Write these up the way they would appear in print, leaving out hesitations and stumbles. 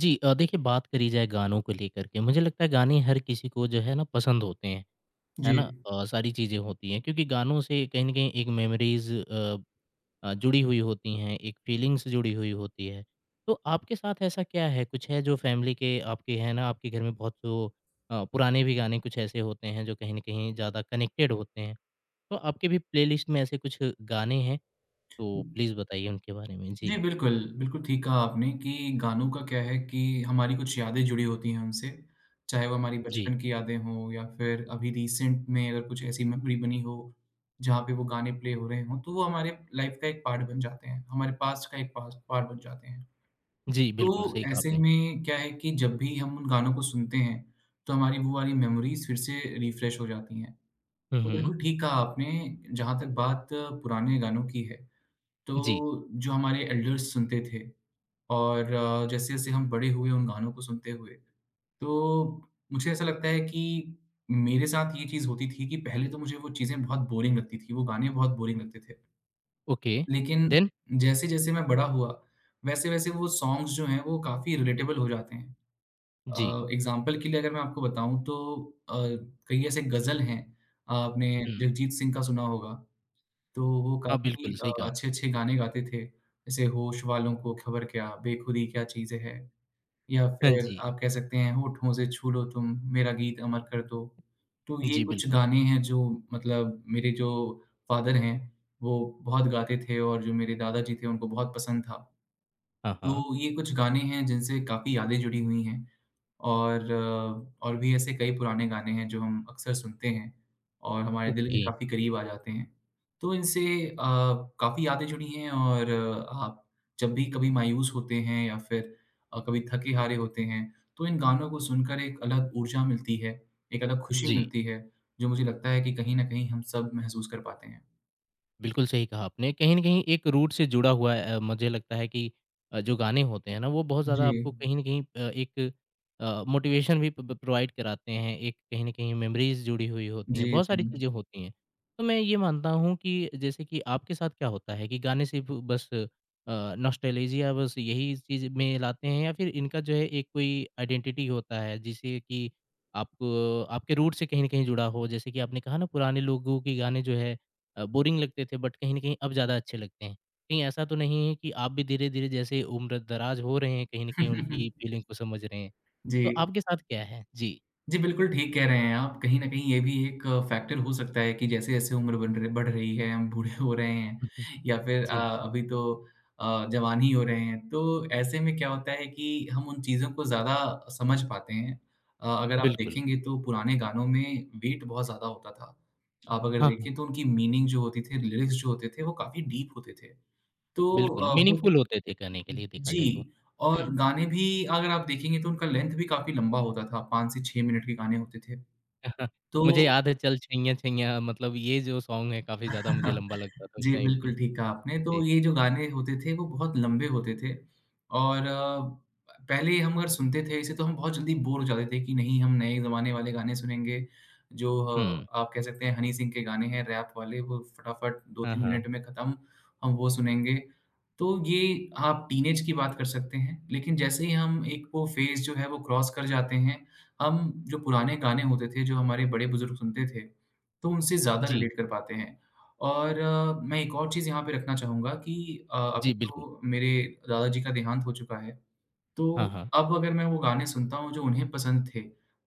जी देखिए बात करी जाए गानों को लेकर के मुझे लगता है गाने हर किसी को जो है ना पसंद होते हैं, है जी। ना? सारी चीज़ें होती हैं क्योंकि गानों से कहीं न कहीं एक मेमोरीज़ जुड़ी हुई होती हैं, एक फीलिंग्स जुड़ी हुई होती है। तो आपके साथ ऐसा क्या है? कुछ है जो फैमिली के आपके है ना आपके घर में बहुत जो पुराने भी गाने कुछ ऐसे होते हैं जो कहीं न कहीं ज़्यादा कनेक्टेड होते हैं। तो आपके भी प्लेलिस्ट में ऐसे कुछ गाने हैं? तो प्लीज़ बताइए उनके बारे में? जी। जी, बिल्कुल, बिल्कुल ठीक कहा आपने कि गानों का क्या है कि हमारी कुछ यादें जुड़ी होती हैं उनसे, चाहे वो हमारी जी। बचपन की यादें हों या फिर अभी रिसेंट में अगर कुछ ऐसी मेमोरी बनी हो, जहाँ पे वो गाने प्ले हो रहे हों, तो वो हमारे लाइफ़ का एक पार्ट बन जाते हैं, हमारे पास्ट का एक पास पार्ट बन जाते हैं। जी, बिल्कुल तो सही कहा ऐसे आपने। में क्या है कि जब भी हम उन गानों को सुनते हैं, तो हमारी वो वाली मेमोरीज़ फिर से रिफ्रेश हो जाती हैं। हुँ, तो हुँ। बिल्कुल ठीक कहा आपने, जहाँ तक बात पुराने गानों की है जी। तो जो हमारे एल्डर्स सुनते थे और जैसे-जैसे हम बड़े हुए उन गानों को सुनते हुए, तो मुझे ऐसा लगता है कि मेरे साथ ये चीज़ होती थी कि पहले तो मुझे वो चीज़ें बहुत बोरिंग लगती थी, वो गाने बहुत बोरिंग लगते थे। ओके, लेकिन देन? जैसे-जैसे मैं बड़ा हुआ, वैसे-वैसे वो सॉन्ग्स जो हैं वो काफ़ी रिलेटेबल हो जाते हैं। जी, एग्ज़ाम्पल के लिए अगर मैं आपको बताऊँ तो अ, कई ऐसे गज़ल हैं, आपने हुँ। जगजीत सिंह का सुना होगा। तो वो हाँ, बिल्कुल काफ़ी सही कहा। अच्छे-अच्छे गाने गाते थे, जैसे होश वालों को खबर क्या, बेखुदी क्या चीज़ें है, या हाँ फिर जी। आप कह सकते हैं होठों से छू लो तुम, मेरा गीत अमर कर दो। तो ये जी, कुछ बिल्कुल। गाने हैं जो मतलब मेरे जो फ़ादर हैं, वो बहुत गाते थे और जो मेरे दादाजी थे उनको बहुत पसंद था। हाँ, हाँ। तो ये कुछ गाने हैं जिनसे काफ़ी यादें जुड़ी हुई हैं। और और भी ऐसे कई पुराने गाने हैं जो हम अक्सर सुनते हैं और हमारे दिल के जी। ओके, काफ़ी करीब आ जाते हैं। तो इनसे अ, काफ़ी यादें जुड़ी हैं और आप जब भी कभी मायूस होते हैं या फिर कभी थके-हारे होते हैं, तो इन गानों को सुनकर एक अलग ऊर्जा मिलती है, एक अलग खुशी जी। मिलती है, जो मुझे लगता है कि कहीं न कहीं हम सब महसूस कर पाते हैं। बिल्कुल सही कहा आपने। कहीं न कहीं एक रूट से जुड़ा हुआ है। मुझे लगता है कि जो गाने होते हैं ना, वो बहुत ज़्यादा जी। आपको कहीं न कहीं एक मोटिवेशन भी प प प्रोवाइड कराते हैं। एक कहीं न कहीं मेमोरीज़ जुड़ी हुई होती जी, हैं, बहुत जी। सारी चीज़ें होती हैं। तो मैं ये मानता हूँ कि जैसे कि आपके साथ क्या होता है कि गाने सिर्फ़ बस नॉस्टैल्जिया बस यही चीज़ में लाते हैं या फिर इनका जो है एक कोई आइडेंटिटी होता है जिसे कि आपको आपके रूट से कहीं न कहीं जुड़ा हो? जैसे कि आपने कहा ना पुराने लोगों के गाने जो है बोरिंग लगते थे बट कहीं न कहीं अब ज़्यादा अच्छे लगते हैं। कहीं ऐसा तो नहीं है कि आप भी धीरे-धीरे जैसे उम्र दराज हो रहे हैं, कहीं न कहीं उनकी फीलिंग को समझ रहे हैं। जी। तो आपके साथ क्या है? जी। जी, बिल्कुल ठीक कह रहे हैं आप। कहीं न कहीं ये भी एक फैक्टर हो सकता है कि जैसे-जैसे उम्र बन रही बढ़ रही है, हम बूढ़े हो रहे हुँ, हैं हुँ। या फिर जी, अभी तो जवान ही हो रहे हैं। तो ऐसे में क्या होता है कि हम उन चीज़ों को ज़्यादा समझ पाते हैं। अगर आप बिल्कुल। देखेंगे तो पुराने गानों में वेट बहुत ज़्यादा होता था। आप अगर हाँ, हाँ, देखें तो उनकी मीनिंग जो होती थी, लिरिक्स जो होते थे, वो काफ़ी डीप होते थे। तो बिल्कुल वो मीनिंगफुल होते थे कहने के लिए देखा जाए तो। जी, और गाने भी अगर आप देखेंगे तो उनका लेंथ भी काफ़ी लंबा होता था, 5 से 6 मिनट के गाने होते थे। तो मुझे याद है चल छैया छैया मतलब ये जो सॉन्ग है काफ़ी ज़्यादा मुझे लंबा लगता था उस जी, टाइम पे। बिल्कुल ठीक कहा आपने। तो जी। ये जो गाने होते थे वो बहुत लंबे होते थे और पहले हम अगर सुनते थे इसे तो हम बहुत जल्दी बोर हो जाते थे कि नहीं हम नए ज़माने वाले गाने सुनेंगे। जो हुँ। आप कह सकते हैं हनी सिंह के गाने हैं रैप वाले वो फटाफट हाँ, 2-3 हाँ। मिनट में ख़त्म, हम वो सुनेंगे। तो ये आप टीनेज की बात कर सकते हैं, लेकिन जैसे ही हम एक वो फ़ेज़ जो है वो क्रॉस कर जाते हैं, हम जो पुराने गाने होते थे, जो हमारे बड़े बुज़ुर्ग सुनते थे, तो उनसे ज़्यादा जी, रिलेट कर पाते हैं। और मैं एक और चीज़ यहाँ पे रखना चाहूँगा कि अभी जी बिल्कुल। तो मेरे दादाजी का देहांत हो चुका है, हाँ, तो हाँ, अब अगर मैं वो गाने सुनता हूँ जो उन्हें पसंद थे,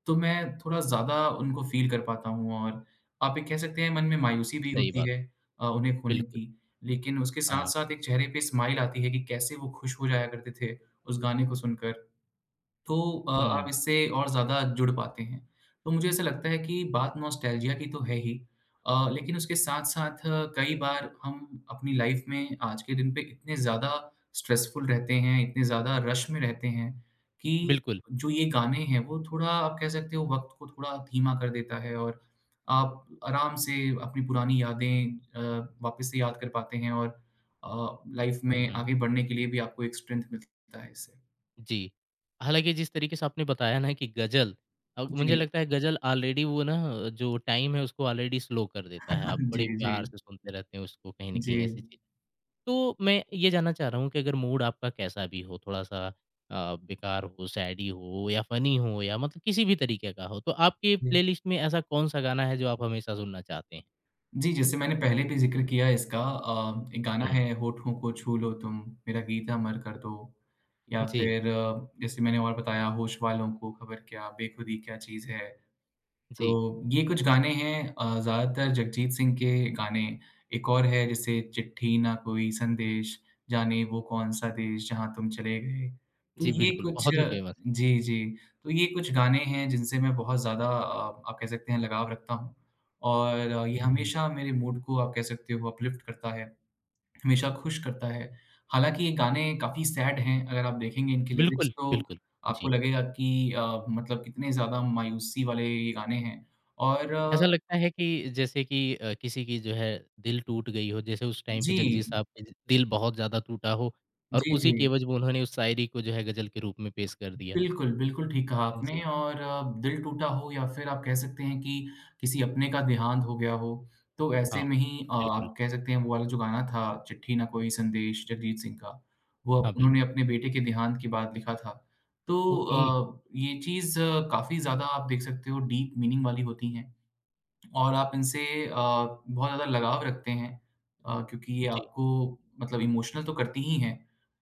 तो मैं थोड़ा ज़्यादा उनको फ़ील कर पाता हूँ और आप ये कह सकते हैं मन में मायूसी भी सही होती बात। है उन्हें खोने बिल्कुल। की, लेकिन उसके हाँ। साथ-साथ एक चेहरे पे स्माइल आती है कि कैसे वो खुश हो जाया करते थे उस गाने को सुनकर। तो आप हुँ, इससे और ज़्यादा जुड़ पाते हैं। तो मुझे ऐसा लगता है कि बात नॉस्टैल्जिया की तो है ही लेकिन उसके साथ-साथ कई बार हम अपनी लाइफ़ में आज के दिन पे इतने ज़्यादा स्ट्रेसफुल रहते हैं, इतने ज़्यादा रश में रहते हैं कि बिल्कुल। जो ये गाने हैं वो थोड़ा आप कह सकते हो वक़्त को थोड़ा धीमा कर देता है और आप आराम से अपनी पुरानी यादें वापस से याद कर पाते हैं और लाइफ़ हुँ, में हुँ। आगे बढ़ने के लिए भी आपको एक स्ट्रेंथ मिलता है इससे। जी। हालाँकि जिस तरीके से आपने बताया ना कि गज़ल अब मुझे जी। लगता है गज़ल ऑलरेडी वो ना जो टाइम है उसको ऑलरेडी स्लो कर देता है। आप जी, बड़े जी, प्यार जी, से सुनते रहते हैं उसको कहीं न जी। कहीं ऐसी चीज़। तो मैं ये जानना चाह रहा हूँ कि अगर मूड आपका कैसा भी हो थोड़ा-सा बेकार हो, सैडी हो या फ़नी हो या मतलब किसी भी तरीके का हो, तो आपकी प्लेलिस्ट में ऐसा कौन-सा गाना है जो आप हमेशा सुनना चाहते हैं? जी, जैसे मैंने पहले भी ज़िक्र किया इसका एक गाना हुँ। है होठों को छू लो तुम, मेरा गीत अमर कर दो, या जी, फिर जैसे मैंने और बताया होश वालों को खबर क्या, बेखुदी क्या चीज़ है। जी। तो ये कुछ गाने हैं ज़्यादातर जगजीत सिंह के गाने। एक और है जैसे चिट्ठी ना कोई संदेश, जाने वो कौन-सा देश जहाँ तुम चले गए। तो जी, ये बिल्कुल। कुछ बहुत ही फ़ेमस। जी, जी। तो ये कुछ गाने हैं जिनसे मैं बहुत ज़्यादा आप कह सकते हैं लगाव रखता हूँ और ये हुँ, हुँ। हमेशा मेरे मूड को आप कह सकते हो अपलिफ्ट करता है। हमेशा खुश करता है। हालाँकि ये गाने काफ़ी सैड हैं, अगर आप देखेंगे इनके लिरिक्स बिल्कुल, तो बिल्कुल। जी। आपको लगेगा कि मतलब कितने ज़्यादा मायूसी वाले ये गाने हैं और ऐसा लगता है कि जैसे कि किसी की जो है दिल टूट गई हो, जैसे उस टाइम पे जी। जगजीत साहब के ज दिल बहुत ज़्यादा टूटा हो और जी, जी। उसी के एवज में उन्होंने उस शायरी को जो है गज़ल के रूप में पेश कर दिया। बिल्कुल, बिल्कुल ठीक कहा आपने जी, और दिल टूटा हो या फिर आप कह सकते हैं कि किसी अपने का देहांत हो गया हो, तो हाँ, ऐसे में ही बिल्कुल। आप कह सकते हैं वो वाला जो गाना था चिट्ठी ना कोई संदेश जगजीत सिंह का, वो अब हाँ, उन्होंने बिल्कुल। अपने बेटे के देहांत के बाद लिखा था। तो ओके, ये चीज़ काफ़ी ज़्यादा आप देख सकते हो डीप मीनिंग वाली होती हैं और आप इनसे बहुत ज़्यादा लगाव रखते हैं क्योंकि ये जी। आपको मतलब इमोशनल तो करती ही हैं,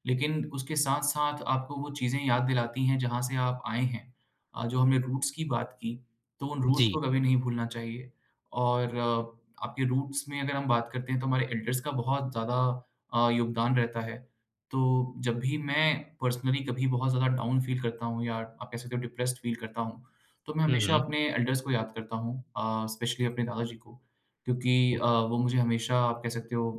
लेकिन उसके साथ-साथ आपको वो चीज़ें याद दिलाती हैं जहाँ से आप आए हैं। जो हमने रूट्स की बात की, तो उन रूट्स जी। को कभी नहीं भूलना चाहिए और आपके रूट्स में अगर हम बात करते हैं तो हमारे एल्डर्स का बहुत ज़्यादा योगदान रहता है। तो जब भी मैं पर्सनली कभी बहुत ज़्यादा डाउन फ़ील करता हूँ या आप कह सकते हो डिप्रेस्ड फ़ील करता हूँ, तो मैं हुँ, हमेशा हुँ। अपने एल्डर्स को याद करता हूँ स्पेशली अपने दादाजी को क्योंकि ओके। वो मुझे हमेशा आप कह सकते हो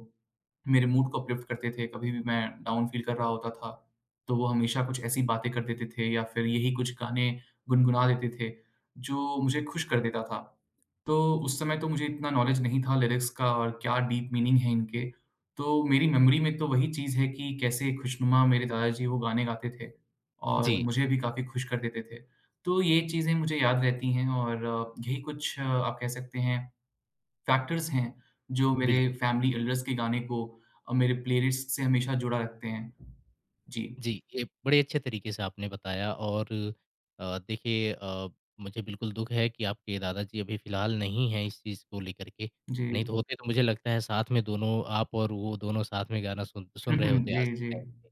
मेरे मूड को अपलिफ्ट करते थे कभी भी मैं डाउन फील कर रहा होता था तो वो हमेशा कुछ ऐसी बातें कर देते थे या फिर यही कुछ गाने गुनगुना देते थे जो मुझे खुश कर देता था तो उस समय तो मुझे इतना नॉलेज नहीं था लिरिक्स का और क्या डीप मीनिंग है इनके। तो मेरी मेमोरी में तो वही चीज़ है कि कैसे खुशनुमा मेरे दादाजी वो गाने गाते थे और जी, मुझे भी काफ़ी खुश कर देते थे। तो ये चीज़ें मुझे याद रहती हैं और यही कुछ आप कह सकते हैं फैक्टर्स हैं जो मेरे बिल्कुल। फैमिली एल्डर्स के गाने को मेरे प्लेलिस्ट से हमेशा जुड़ा रखते हैं। जी, जी, ये बड़े अच्छे तरीके से आपने बताया और देखिए मुझे बिल्कुल दुःख है कि आपके दादाजी अभी फ़िलहाल नहीं हैं इस चीज़ को लेकर के, जी। नहीं तो होते तो मुझे लगता है साथ में दोनों आप और वो दोनों साथ में गाना सुन सुन रहे होते जी, आज के जी। टाइम।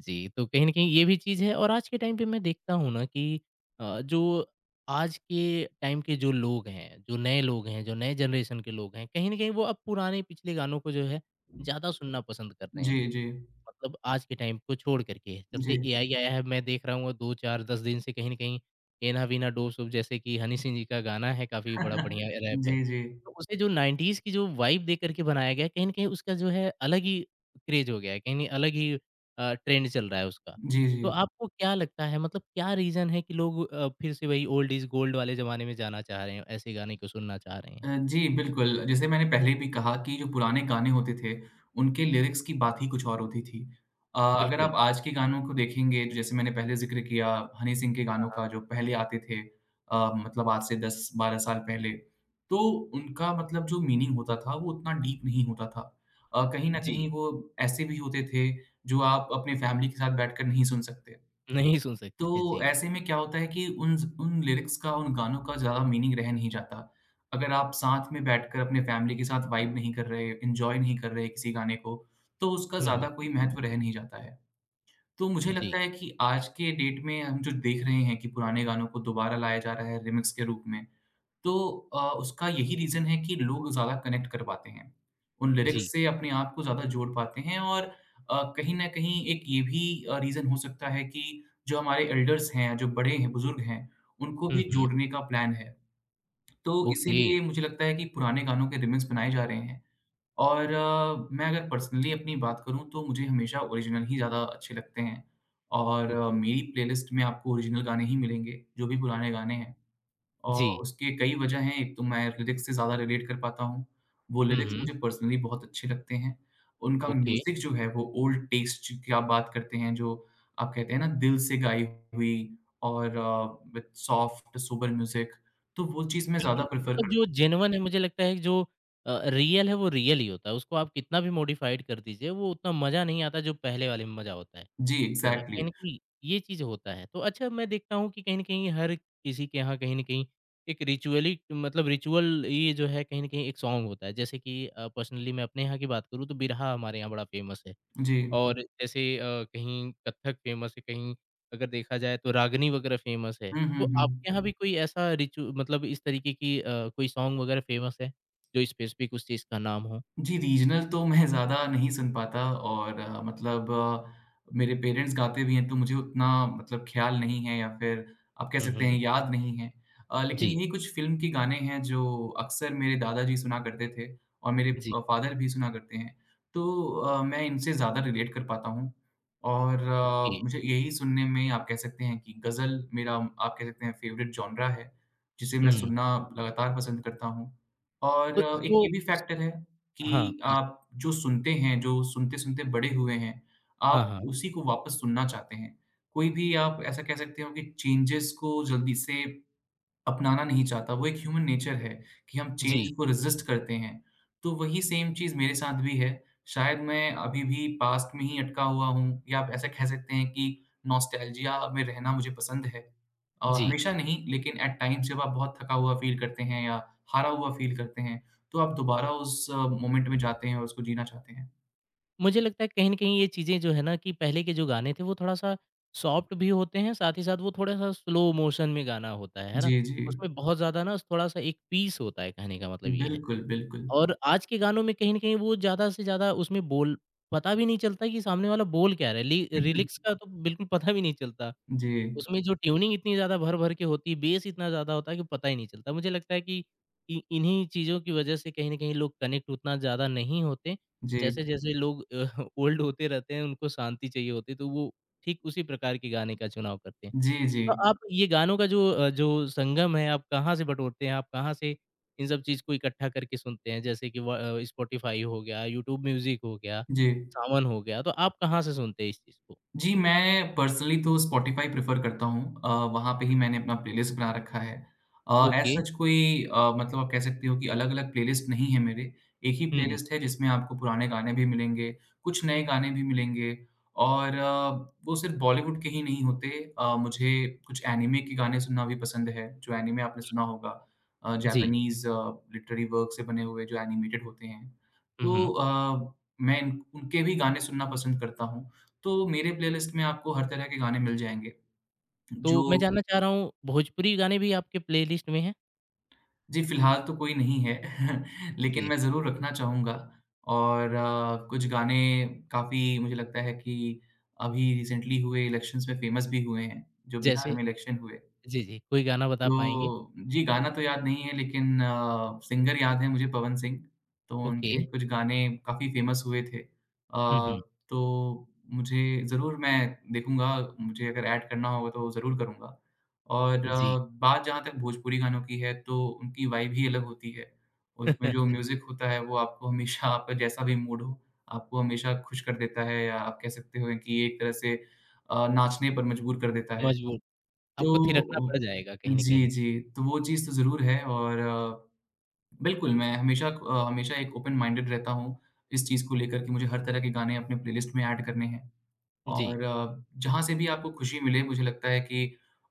जी, तो कहीं न कहीं ये भी चीज़ है और आज के टाइम पे मैं देखता हूँ ना कि जो आज के टाइम के जो लोग हैं, जो नए लोग हैं, जो नए जनरेशन के लोग हैं, कहीं न कहीं वो अब पुराने पिछले गानों को जो है ज़्यादा सुनना पसंद कर रहे जी, हैं। जी। मतलब आज के टाइम को छोड़ कर के, जब से जी। एआई आया है मैं देख रहा हूँ 2, 4, 10 दिन से कहीं न कहीं एना वीना डोसो जैसे कि हनी सिंह जी का गाना है काफ़ी बड़ा बढ़िया रैप है। जी, जी। तो उसे जो 90s की जो वाइब दे कर के बनाया गया है, कहीं न कहीं उसका जो है अलग ही क्रेज़ हो गया है, कहीं न अलग ही ट्रेंड चल रहा है उसका। जी, जी। जी, तो जी। आपको क्या लगता है मतलब क्या रीज़न है कि लोग फिर से वही ओल्ड इज़ गोल्ड वाले ज़माने में जाना चाह रहे हैं, ऐसे गाने को सुनना चाह रहे हैं? जी, बिल्कुल। जैसे मैंने पहले भी कहा कि जो पुराने गाने होते थे, उनके लिरिक्स की बात ही कुछ और होती थी। अगर बिल्कुल, आप आज के गानों को देखेंगे, तो जैसे मैंने पहले ज़िक्र किया हनी सिंह के गानों का जो पहले आते थे मतलब आज से 10-12 साल पहले, तो उनका मतलब जो मीनिंग होता था, वो उतना डीप नहीं होता था। कहीं न जी। कहीं वो ऐसे भी होते थे, जो आप अपने फैमिली के साथ बैठकर नहीं सुन सकते। नहीं सुन सकते तो थे, जी। ऐसे में क्या होता है कि उन उन लिरिक्स का, उन गानों का ज़्यादा मीनिंग रह नहीं जाता। अगर आप साथ में बैठकर अपने फैमिली के साथ वाइब नहीं कर रहे, एन्जॉय नहीं कर रहे किसी गाने को, तो उसका हुँ, हुँ। ज़्यादा कोई महत्व रह नहीं जाता है। तो मुझे जी, लगता है कि आज के डेट में हम जो देख रहे हैं कि पुराने गानों को दोबारा लाया जा रहा है रिमिक्स के रूप में, तो उसका यही रीज़न है कि लोग ज़्यादा कनेक्ट कर पाते हैं। उन जी। लिरिक्स से अपने आप को ज़्यादा जोड़ पाते हैं और कहीं न कहीं एक ये भी रीज़न हो सकता है कि जो हमारे एल्डर्स हैं, जो बड़े हैं, बुज़ुर्ग हैं, उनको हुँ, भी हुँ। जोड़ने का प्लान है। तो ओके, इसीलिए मुझे लगता है कि पुराने गानों के रिमिक्स बनाए जा रहे हैं और मैं अगर पर्सनली अपनी बात करूँ तो मुझे हमेशा ओरिजिनल ही ज़्यादा अच्छे लगते हैं और ओके। मेरी प्लेलिस्ट में आपको ओरिजिनल गाने ही मिलेंगे, जो भी पुराने गाने हैं। और जी। उसके कई वजह हैं, एक तो मैं लिरिक्स से ज़्यादा रिलेट कर पाता हूँ। वो हुँ, लिरिक्स हुँ। मुझे पर्सनली बहुत अच्छे लगते हैं। उनका ओके, म्यूज़िक जो है वो ओल्ड टेस्ट की आप बात करते हैं जो आप कहते हैं ना दिल से गाई हुई और विद सॉफ्ट सोबर म्यूज़िक, तो वो चीज़ मैं ज़्यादा बिल्कुल। प्रेफ़र मतलब जो करता हूँ। जेन्युइन है मुझे लगता है कि जो रियल है वो रियल ही होता है। उसको आप कितना भी मॉडिफ़ाइड कर दीजिए वो उतना मज़ा नहीं आता जो पहले वाले में मज़ा होता है। जी, है ना? कहीं एग्ज़ैक्टली। न कहीं ये चीज़ होता है। तो अच्छा मैं देखता हूँ कि कहीं न कहीं हर किसी के यहाँ कहीं न कहीं एक रिचुअल ये जो है कहीं न कहीं एक सॉन्ग होता है। जैसे कि पर्सनली मैं अपने यहाँ की बात करूँ तो बिरहा हमारे यहाँ बड़ा फ़ेमस है। जी। और जैसे कहीं कत्थक फेमस है, कहीं अगर देखा जाए तो रागिनी वगैरह फेमस है। हुँ, हुँ, तो हुँ। आपके यहाँ भी कोई ऐसा रिचु मतलब इस तरीके की कोई सॉन्ग वगैरह फेमस है, जो स्पेसिफिक उस चीज़ का नाम हो? जी, रीजनल तो मैं ज़्यादा नहीं सुन पाता और मेरे पेरेंट्स गाते भी हैं तो मुझे उतना मतलब ख़्याल नहीं है या फिर आप कह हुँ, सकते हुँ। हैं याद नहीं है। लेकिन जी, यही कुछ फ़िल्म के गाने हैं जो अक्सर मेरे दादाजी सुना करते थे और मेरे जी, फ़ादर भी सुना करते हैं। तो मैं इनसे ज़्यादा रिलेट कर पाता हूँ और ओके। मुझे यही सुनने में आप कह सकते हैं कि गज़ल मेरा आप कह सकते हैं फ़ेवरेट जॉनरा है, जिसे मैं हुँ, सुनना लगातार पसंद करता हूँ। और तो एक इसको ये भी फैक्टर है हाँ, कि प्लीज़। आप जो सुनते हैं, जो सुनते-सुनते बड़े हुए हैं, हाँ, आप हाँ। उसी को वापस सुनना चाहते हैं। कोई भी आप ऐसा कह सकते हो कि चेंजेज़ को जल्दी से अपनाना नहीं चाहता, वो एक ह्यूमन नेचर है कि हम चेंज जी, को रेज़िस्ट करते हैं। तो वही सेम चीज़ मेरे साथ भी है। शायद मैं अभी भी पास्ट में ही अटका हुआ हूँ या आप ऐसा कह सकते हैं कि नॉस्टैल्जिया में रहना मुझे पसंद है। और जी। हमेशा नहीं लेकिन एट टाइम्स जब आप बहुत थका हुआ फ़ील करते हैं या हारा हुआ फ़ील करते हैं, तो आप दोबारा उस मोमेंट में जाते हैं और उसको जीना चाहते हैं। मुझे लगता है कहीं न कहीं ये चीज़ें जो है ना कि पहले के जो गाने थे वो थोड़ा-सा सॉफ्ट भी होते हैं, साथ ही साथ वो थोड़ा-सा स्लो मोशन में गाना होता है ना? जी, जी। उसमें बहुत ज़्यादा ना थोड़ा-सा एक पीस होता है कहने का मतलब ये है। बिल्कुल, बिल्कुल। और आज के गानों में कहीं न कहीं वो ज़्यादा से ज़्यादा उसमें बोल पता भी नहीं चलता कि सामने वाला बोल क्या रहा है। ली लिरिक्स का तो बिल्कुल पता भी नहीं चलता। जी, उसमें जो ट्यूनिंग इतनी ज़्यादा भर-भर के होती है, बेस इतना ज़्यादा होता है कि पता ही नहीं चलता। मुझे लगता है कि इ इन्हीं चीज़ों की वज़ह से कहीं न कहीं लोग कनेक्ट उतना ज़्यादा नहीं होते। जी। जैसे-जैसे लोग ओल्ड होते रहते हैं, उनको शांति चाहिए होती है, तो वो ठीक उसी प्रकार के गाने का चुनाव करते हैं। जी, जी। तो आप ये गानों का जो जो संगम है, आप कहाँ से बटोरते हैं? आप कहाँ से इन सब चीज़ को इकट्ठा करके सुनते हैं? जैसे कि स्पॉटिफ़ाई हो गया, यूट्यूब म्यूज़िक हो गया, जी। सावन हो गया, तो आप कहाँ से सुनते हैं इस चीज़ को? जी, मैं पर्सनली तो स्पॉटिफ़ाई प्रेफ़र करता हूँ। वहाँ पे ही मैंने अपना प्लेलिस्ट बना रखा है। As okay. सच कोई मतलब आप कह सकते हो कि अलग-अलग प्लेलिस्ट नहीं है मेरे। एक ही हुँ, प्लेलिस्ट है जिसमें आपको पुराने गाने भी मिलेंगे, कुछ नए गाने भी मिलेंगे और वो सिर्फ़ बॉलीवुड के ही नहीं होते। मुझे कुछ एनिमे के गाने सुनना भी पसंद है, जो एनिमे आपने सुना होगा। जी। जापानीज़ लिटरेरी वर्क से बने हुए जो एनिमेटेड होते हैं। हुँ, तो हुँ। मैं इन उनके भी गाने सुनना पसंद करता हूँ। तो मेरे प्लेलिस्ट में आपको हर तरह के गाने मिल जाएँगे, तो जो मैं जानना चाह रहा हूँ भोजपुरी गाने भी आपके प्लेलिस्ट में हैं? जी, फिलहाल तो कोई नहीं है, लेकिन जी। मैं ज़रूर रखना चाहूँगा और कुछ गाने काफ़ी मुझे लगता है कि अभी रिसेंटली हुए इलेक्शंस में फ़ेमस भी हुए हैं, जो बिहार जैसे? में इलेक्शन हुए। जी, जी। कोई गाना बता पाएँगे? तो जी, गाना तो याद नहीं है लेकिन सिंगर याद है मुझे पवन सिंह, तो ओके। उनके कुछ गाने काफ़ी फ़ेमस हुए थे। हुँ, हुँ। तो मुझे ज़रूर मैं देखूँगा, मुझे अगर ऐड करना होगा तो ज़रूर करूँगा। और जी। बात जहाँ तक भोजपुरी गानों की है तो उनकी वाइब ही अलग होती है। उसमें जो म्यूज़िक होता है वो आपको हमेशा आपका जैसा भी मूड हो, आपको हमेशा खुश कर देता है या आप कह सकते हो कि एक तरह से नाचने पर मजबूर कर देता है। मजबूर। आपको थिरकना तो पड़ जाएगा कहीं न जी, कहीं। जी। तो वो चीज़ तो ज़रूर है और बिल्कुल, मैं हमेशा एक ओपन माइंडेड रहता हूँ, इस चीज़ को लेकर कि मुझे हर तरह के गाने अपने प्लेलिस्ट में ऐड करने हैं। जी, और जहाँ से भी आपको खुशी मिले मुझे लगता है कि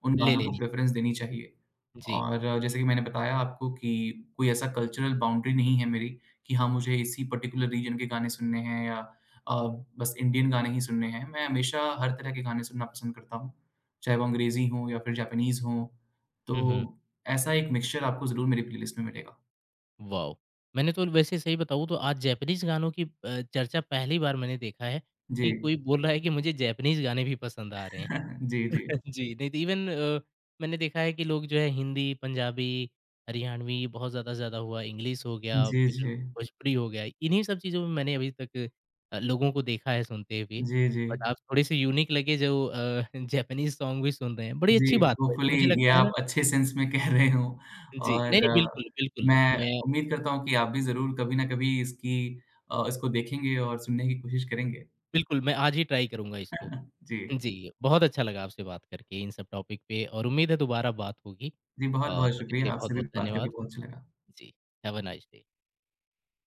उन ले गानों को लेनी। प्रेफ़रेंस देनी चाहिए। जी। और जैसे कि मैंने बताया आपको कि कोई ऐसा कल्चरल बाउंड्री नहीं है मेरी कि हाँ, मुझे इसी पर्टिकुलर रीजन के गाने सुनने हैं या अ, बस इंडियन गाने ही सुनने हैं। मैं हमेशा हर तरह के गाने सुनना पसंद करता हूँ, चाहे वो अंग्रेज़ी हों या फिर जापानीज़ हों। हुँ, हुँ। तो ऐसा एक मिक्सचर आपको ज़रूर मेरी प्लेलिस्ट में मिलेगा। वाओ! मैंने तो वैसे सही बताऊँ तो आज जैपनीज़ गानों की चर्चा पहली बार मैंने देखा है कि जी। कोई बोल रहा है कि मुझे जैपनीज़ गाने भी पसंद आ रहे हैं। जी, जी। जी, नहीं तो इवन मैंने देखा है कि लोग जो है हिंदी, पंजाबी, हरियाणवी बहुत ज़्यादा से ज़्यादा हुआ, इंग्लिश हो गया, जी, फिर जी। भोजपुरी हो गया। इन्हीं सब चीज़ों में मैंने अभी तक लोगों को देखा है सुनते हुए। जी, जी। बट आप थोड़े-से यूनिक लगे जो जैपनीज़ सॉन्ग भी सुन रहे हैं। बड़ी जी, अच्छी बात है वैसे होपफुली मुझे ये लगता है आप ना अच्छे सेंस में कह रहे हों जी, और नहीं, नहीं बिल्कुल, बिल्कुल। मैं मैं उम्मीद करता हूँ कि आप भी ज़रूर कभी ना कभी इसकी इसको देखेंगे और सुनने की कोशिश करेंगे। बिल्कुल, मैं आज ही ट्राई करूँगा इसको। जी। जी, बहुत अच्छा लगा आपसे बात करके इन सब टॉपिक पे और उम्मीद है दोबारा बात होगी। जी, और बहुत-बहुत तब तक के शुक्रिया, लिए आपसे भी बहुत-बहुत बात करके धन्यवाद। बहुत अच्छा लगा। जी, हैव अ नाइस डे।